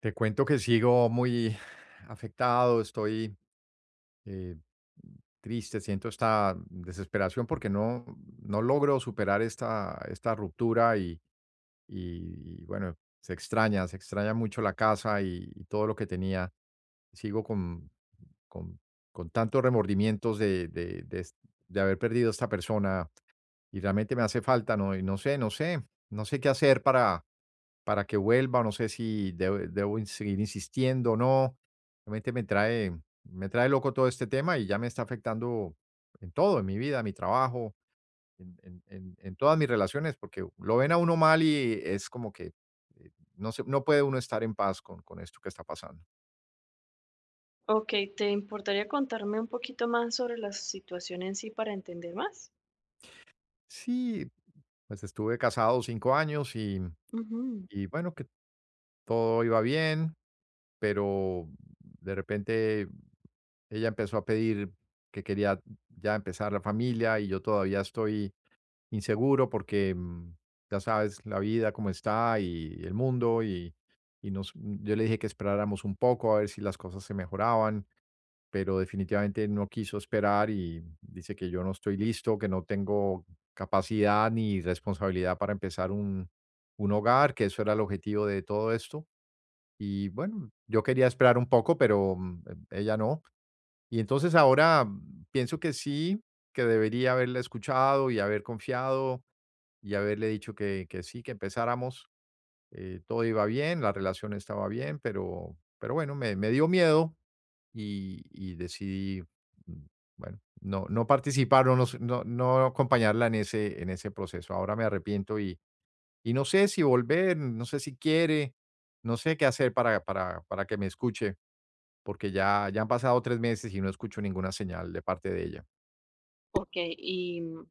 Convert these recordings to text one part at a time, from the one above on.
Te cuento que sigo muy afectado, estoy eh, triste, siento esta desesperación porque no logro superar esta ruptura y bueno, se extraña mucho la casa y todo lo que tenía. Sigo con, con tantos remordimientos de haber perdido a esta persona y realmente me hace falta, ¿no? Y no sé qué hacer para que vuelva, o no sé si debo seguir insistiendo o no. Realmente me trae loco todo este tema y ya me está afectando en todo, en mi vida, en mi trabajo, en todas mis relaciones, porque lo ven a uno mal y es como que no, no puede uno estar en paz con esto que está pasando. Ok, ¿te importaría contarme un poquito más sobre la situación en sí para entender más? Sí, pues estuve casado 5 años Ujú. y bueno, que todo iba bien, pero de repente ella empezó a pedir que quería ya empezar la familia y yo todavía estoy inseguro porque ya sabes la vida cómo está y el mundo y yo le dije que esperáramos un poco a ver si las cosas se mejoraban, pero definitivamente no quiso esperar y dice que yo no estoy listo, que no tengo capacidad ni responsabilidad para empezar un hogar, que eso era el objetivo de todo esto y bueno, yo quería esperar un poco, pero, ella no. Y entonces ahora, pienso que sí, que debería haberla escuchado y haber confiado, y haberle dicho que sí, que empezáramos. Todo iba bien, la relación estaba bien, pero bueno, me dio miedo y decidí, mm, bueno, no participar o no s no no acompañarla en ese proceso. Ahora me arrepiento y no sé si volver, no sé si quiere, no sé qué hacer para que me escuche, porque ya han pasado 3 meses y no escucho ninguna señal de parte de ella. Ok, ¿y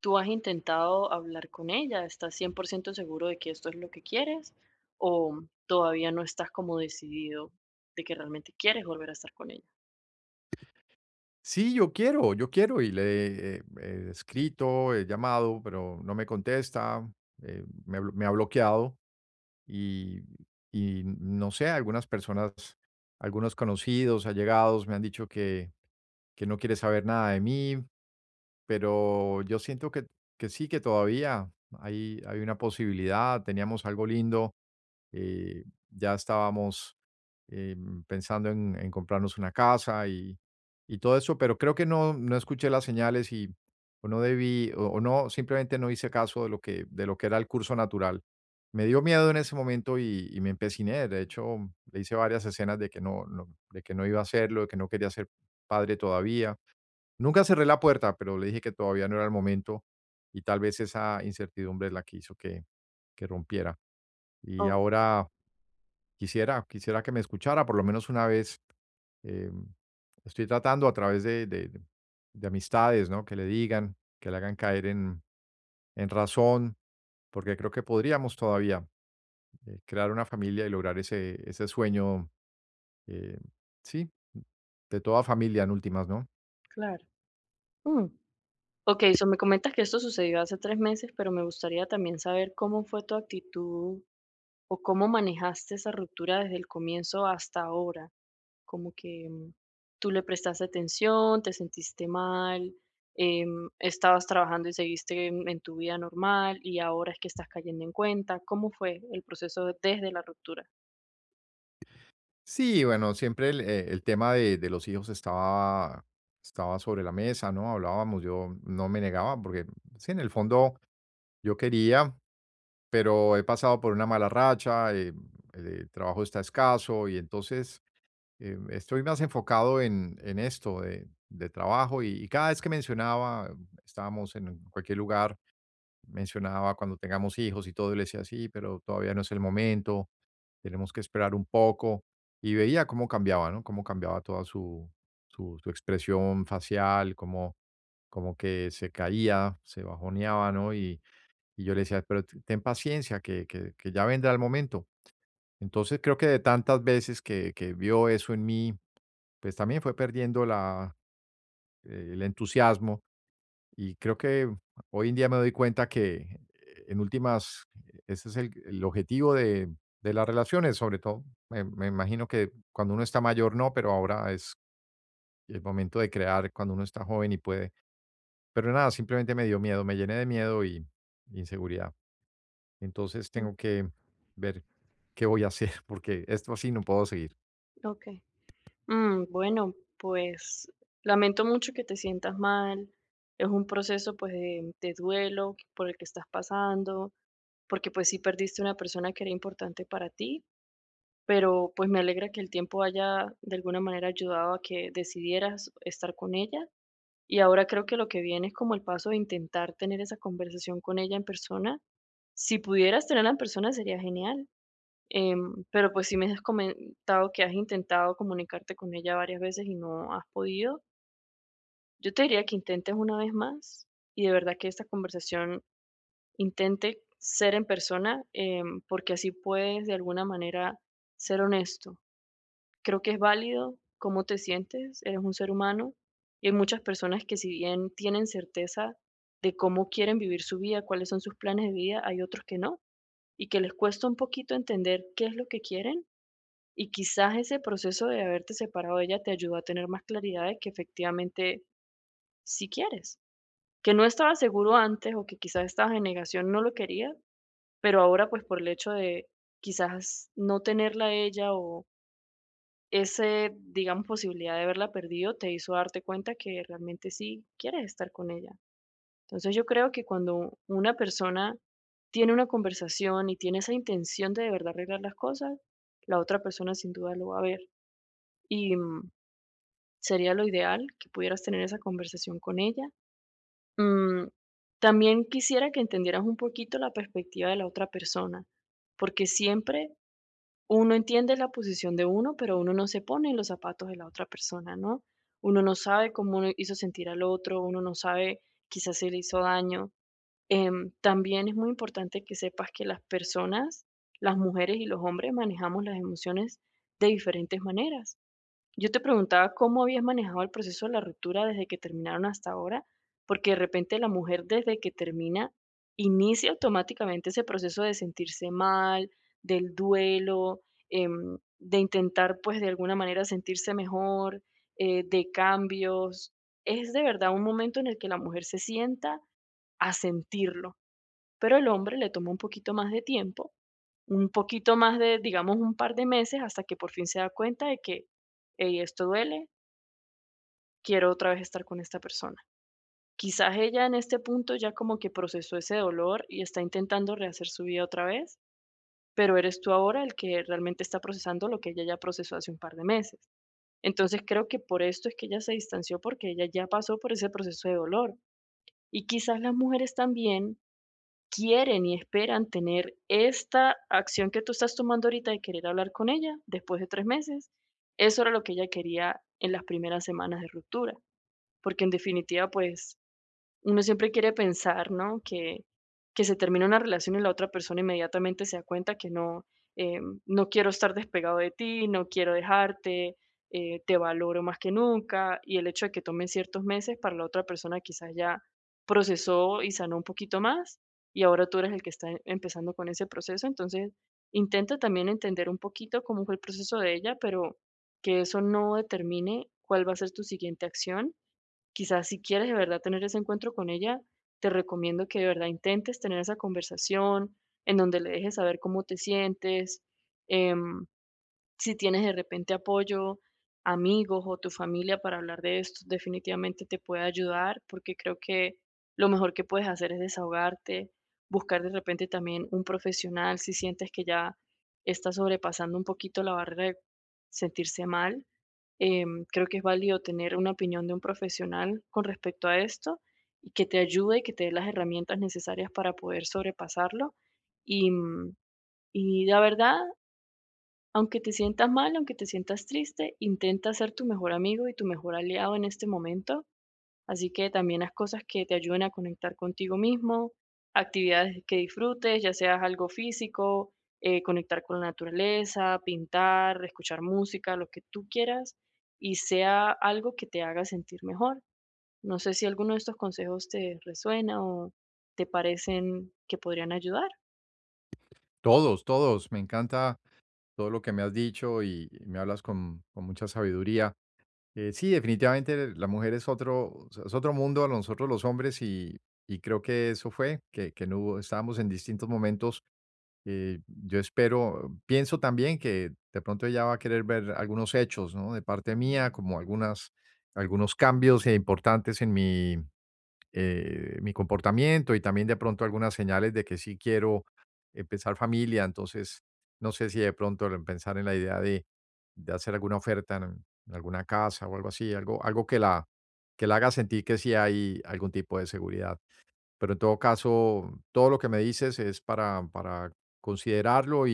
tú has intentado hablar con ella? ¿Estás 100% seguro de que esto es lo que quieres? ¿O todavía no estás como decidido de que realmente quieres volver a estar con ella? Sí, yo quiero y le he escrito, he llamado, pero no me contesta, me ha bloqueado y y no sé, algunas personas, algunos conocidos, allegados, me han dicho que no quiere saber nada de mí. Pero yo siento que sí, que todavía hay una posibilidad, teníamos algo lindo, eh, ya estábamos eh, pensando en comprarnos una casa y todo eso, pero creo que no escuché las señales y o no debí, o no, simplemente no hice caso de lo de lo que era el curso natural. Me dio miedo en ese momento y me empeciné. De hecho, le hice varias escenas de que no iba a hacerlo, de que no quería ser padre todavía. Nunca cerré la puerta, pero le dije que todavía no era el momento y tal vez esa incertidumbre es la que hizo que rompiera. Y Oh, ahora quisiera, quisiera que me escuchara por lo menos una vez. eh, Estoy tratando a través de amistades, ¿no? Que le digan, que le hagan caer en razón, porque creo que podríamos todavía crear una familia y lograr ese, ese sueño, eh, sí, de toda familia en últimas, ¿no? claro. Mm. Ok, so me comentas que esto sucedió hace 3 meses, pero me gustaría también saber cómo fue tu actitud o cómo manejaste esa ruptura desde el comienzo hasta ahora. Como que tú le prestaste atención, te sentiste mal, estabas trabajando y seguiste en tu vida normal y ahora es que estás cayendo en cuenta. ¿Cómo fue el proceso desde la ruptura? Sí, bueno, siempre el tema de los hijos estaba, estaba sobre la mesa, ¿no? Hablábamos, yo no me negaba, porque sí, en el fondo yo quería, pero he pasado por una mala racha, el trabajo está escaso y entonces estoy más enfocado en esto de trabajo y cada vez que mencionaba, estábamos en cualquier lugar mencionaba cuando tengamos hijos y todo, y le decía, sí, pero todavía no es el momento, tenemos que esperar un poco. Y veía cómo cambiaba, ¿no? Cómo cambiaba toda su expresión facial, cómo, como que se caía, se bajoneaba, ¿no? Y yo le decía, pero ten paciencia, que ya vendrá el momento. Entonces creo que de tantas veces que vio eso en mí, pues también fue perdiendo la, el entusiasmo y creo que hoy en día me doy cuenta que, en últimas, ese es el objetivo de las relaciones, sobre todo. Me imagino que cuando uno está mayor no, pero ahora es el momento de crear cuando uno está joven y puede. Pero nada, simplemente me dio miedo, me llené de miedo y inseguridad. Entonces Mm. tengo que ver qué voy a hacer, porque esto así no puedo seguir. Ok. Mm, bueno, pues lamento mucho que te sientas mal. Es un proceso pues de duelo por el que estás pasando, porque pues sí perdiste una persona que era importante para ti, pero pues me alegra que el tiempo haya de alguna manera ayudado a que decidieras estar con ella. Y ahora creo que lo que viene es como el paso de intentar tener esa conversación con ella en persona. Si pudieras tenerla en persona sería genial. Em, pero pues si me has comentado que has intentado comunicarte con ella varias veces y no has podido, yo te diría que intentes una vez más y de verdad que esta conversación intente ser en persona, em, porque así puedes de alguna manera ser honesto. Creo que es válido cómo te sientes, eres un ser humano y hay muchas personas que, si bien tienen certeza de cómo quieren vivir su vida, cuáles son sus planes de vida, hay otros que no y que les cuesta un poquito entender qué es lo que quieren, y quizás ese proceso de haberte separado de ella te ayudó a tener más claridad de que efectivamente sí quieres, que no estabas seguro antes o que quizás estabas en negación, no lo querías, pero ahora pues por el hecho de quizás no tenerla a ella o ese, digamos, posibilidad de haberla perdido, te hizo darte cuenta que realmente sí quieres estar con ella. Entonces yo creo que cuando una persona tiene una conversación y tiene esa intención de verdad arreglar las cosas, la otra persona sin duda lo va a ver. Y mm, sería lo ideal que pudieras tener esa conversación con ella. Mm, también quisiera que entendieras un poquito la perspectiva de la otra persona, porque siempre uno entiende la posición de uno, pero uno no se pone en los zapatos de la otra persona, ¿no? Uno no sabe cómo uno hizo sentir al otro, uno no sabe, quizás se le hizo daño. Em, también es muy importante que sepas que las personas, las mujeres y los hombres manejamos las emociones de diferentes maneras. Yo te preguntaba cómo habías manejado el proceso de la ruptura desde que terminaron hasta ahora, porque de repente la mujer, desde que termina, inicia automáticamente ese proceso de sentirse mal, del duelo, em, de intentar pues de alguna manera sentirse mejor, de cambios. Es de verdad un momento en el que la mujer se sienta a sentirlo, pero el hombre le toma un poquito más de tiempo, un poquito más de, digamos, un par de meses, hasta que por fin se da cuenta de que, hey, esto duele, quiero otra vez estar con esta persona. Quizás ella en este punto ya como que procesó ese dolor y está intentando rehacer su vida otra vez, pero eres tú ahora el que realmente está procesando lo que ella ya procesó hace un par de meses. Entonces creo que por esto es que ella se distanció, porque ella ya pasó por ese proceso de dolor. Y quizás las mujeres también quieren y esperan tener esta acción que tú estás tomando ahorita de querer hablar con ella después de 3 meses. Eso era lo que ella quería en las primeras semanas de ruptura, porque en definitiva, pues uno siempre quiere pensar, ¿no? Que se termina una relación y la otra persona inmediatamente se da cuenta que no, em, no quiero estar despegado de ti, no quiero dejarte, te valoro más que nunca. Y el hecho de que tomen ciertos meses para la otra persona, quizás ya procesó y sanó un poquito más y ahora tú eres el que está em, empezando con ese proceso. Entonces, intenta también entender un poquito cómo fue el proceso de ella, pero que eso no determine cuál va a ser tu siguiente acción. Quizás si quieres de verdad tener ese encuentro con ella, te recomiendo que de verdad intentes tener esa conversación en donde le dejes saber cómo te sientes, em, si tienes de repente apoyo, amigos o tu familia para hablar de esto, definitivamente te puede ayudar porque creo que lo mejor que puedes hacer es desahogarte, buscar de repente también un profesional si sientes que ya estás sobrepasando un poquito la barrera de sentirse mal. Em, creo que es válido tener una opinión de un profesional con respecto a esto y que te ayude y que te dé las herramientas necesarias para poder sobrepasarlo. Y, mm, y la verdad, aunque te sientas mal, aunque te sientas triste, intenta ser tu mejor amigo y tu mejor aliado en este momento. Así que también haz cosas que te ayuden a conectar contigo mismo, actividades que disfrutes, ya sea algo físico, conectar con la naturaleza, pintar, escuchar música, lo que tú quieras, y sea algo que te haga sentir mejor. No sé si alguno de estos consejos te resuena o te parecen que podrían ayudar. Todos, todos, me encanta todo lo que me has dicho y me hablas con mucha sabiduría. Sí, definitivamente la mujer es otro mundo a nosotros los hombres y creo que eso fue, que no estábamos en distintos momentos. Yo espero, pienso también que de pronto ella va a querer ver algunos hechos, ¿no? De parte mía, como algunas, algunos cambios importantes en mi comportamiento y también de pronto algunas señales de que sí quiero empezar familia. Entonces, no sé si de pronto el pensar en la idea de hacer alguna oferta en alguna casa o algo así, algo, algo que la haga sentir que sí hay algún tipo de seguridad. Pero en todo caso, todo lo que me dices es para considerarlo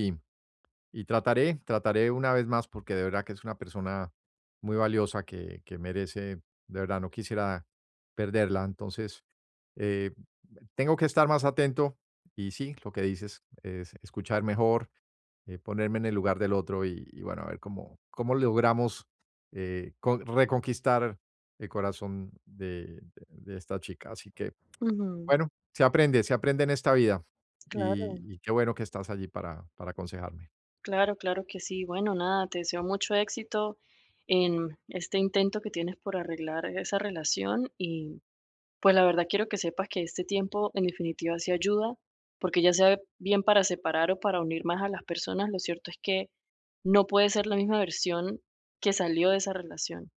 y trataré, trataré una vez más, porque de verdad que es una persona muy valiosa que merece, de verdad, no quisiera perderla. Entonces, eh, tengo que estar más atento y sí, lo que dices es escuchar mejor, ponerme en el lugar del otro y bueno, a ver cómo, cómo logramos reconquistar el corazón de esta chica. Así que, Ujú. bueno, se aprende en esta vida Claro. y qué bueno que estás allí para aconsejarme. Claro, claro que sí. Bueno, nada, te deseo mucho éxito en este intento que tienes por arreglar esa relación y pues la verdad quiero que sepas que este tiempo en definitiva sí ayuda, porque ya sea bien para separar o para unir más a las personas, lo cierto es que no puede ser la misma versión que salió de esa relación.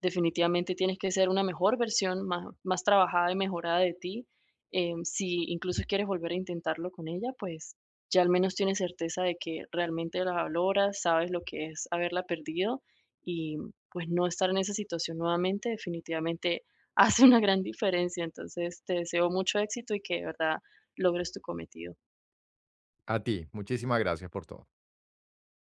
Definitivamente tienes que ser una mejor versión, más trabajada y mejorada de ti. Si incluso quieres volver a intentarlo con ella, pues ya al menos tienes certeza de que realmente la valoras, sabes lo que es haberla perdido y pues no estar en esa situación nuevamente, definitivamente hace una gran diferencia. Entonces, te deseo mucho éxito y que de verdad logres tu cometido. A ti, muchísimas gracias por todo.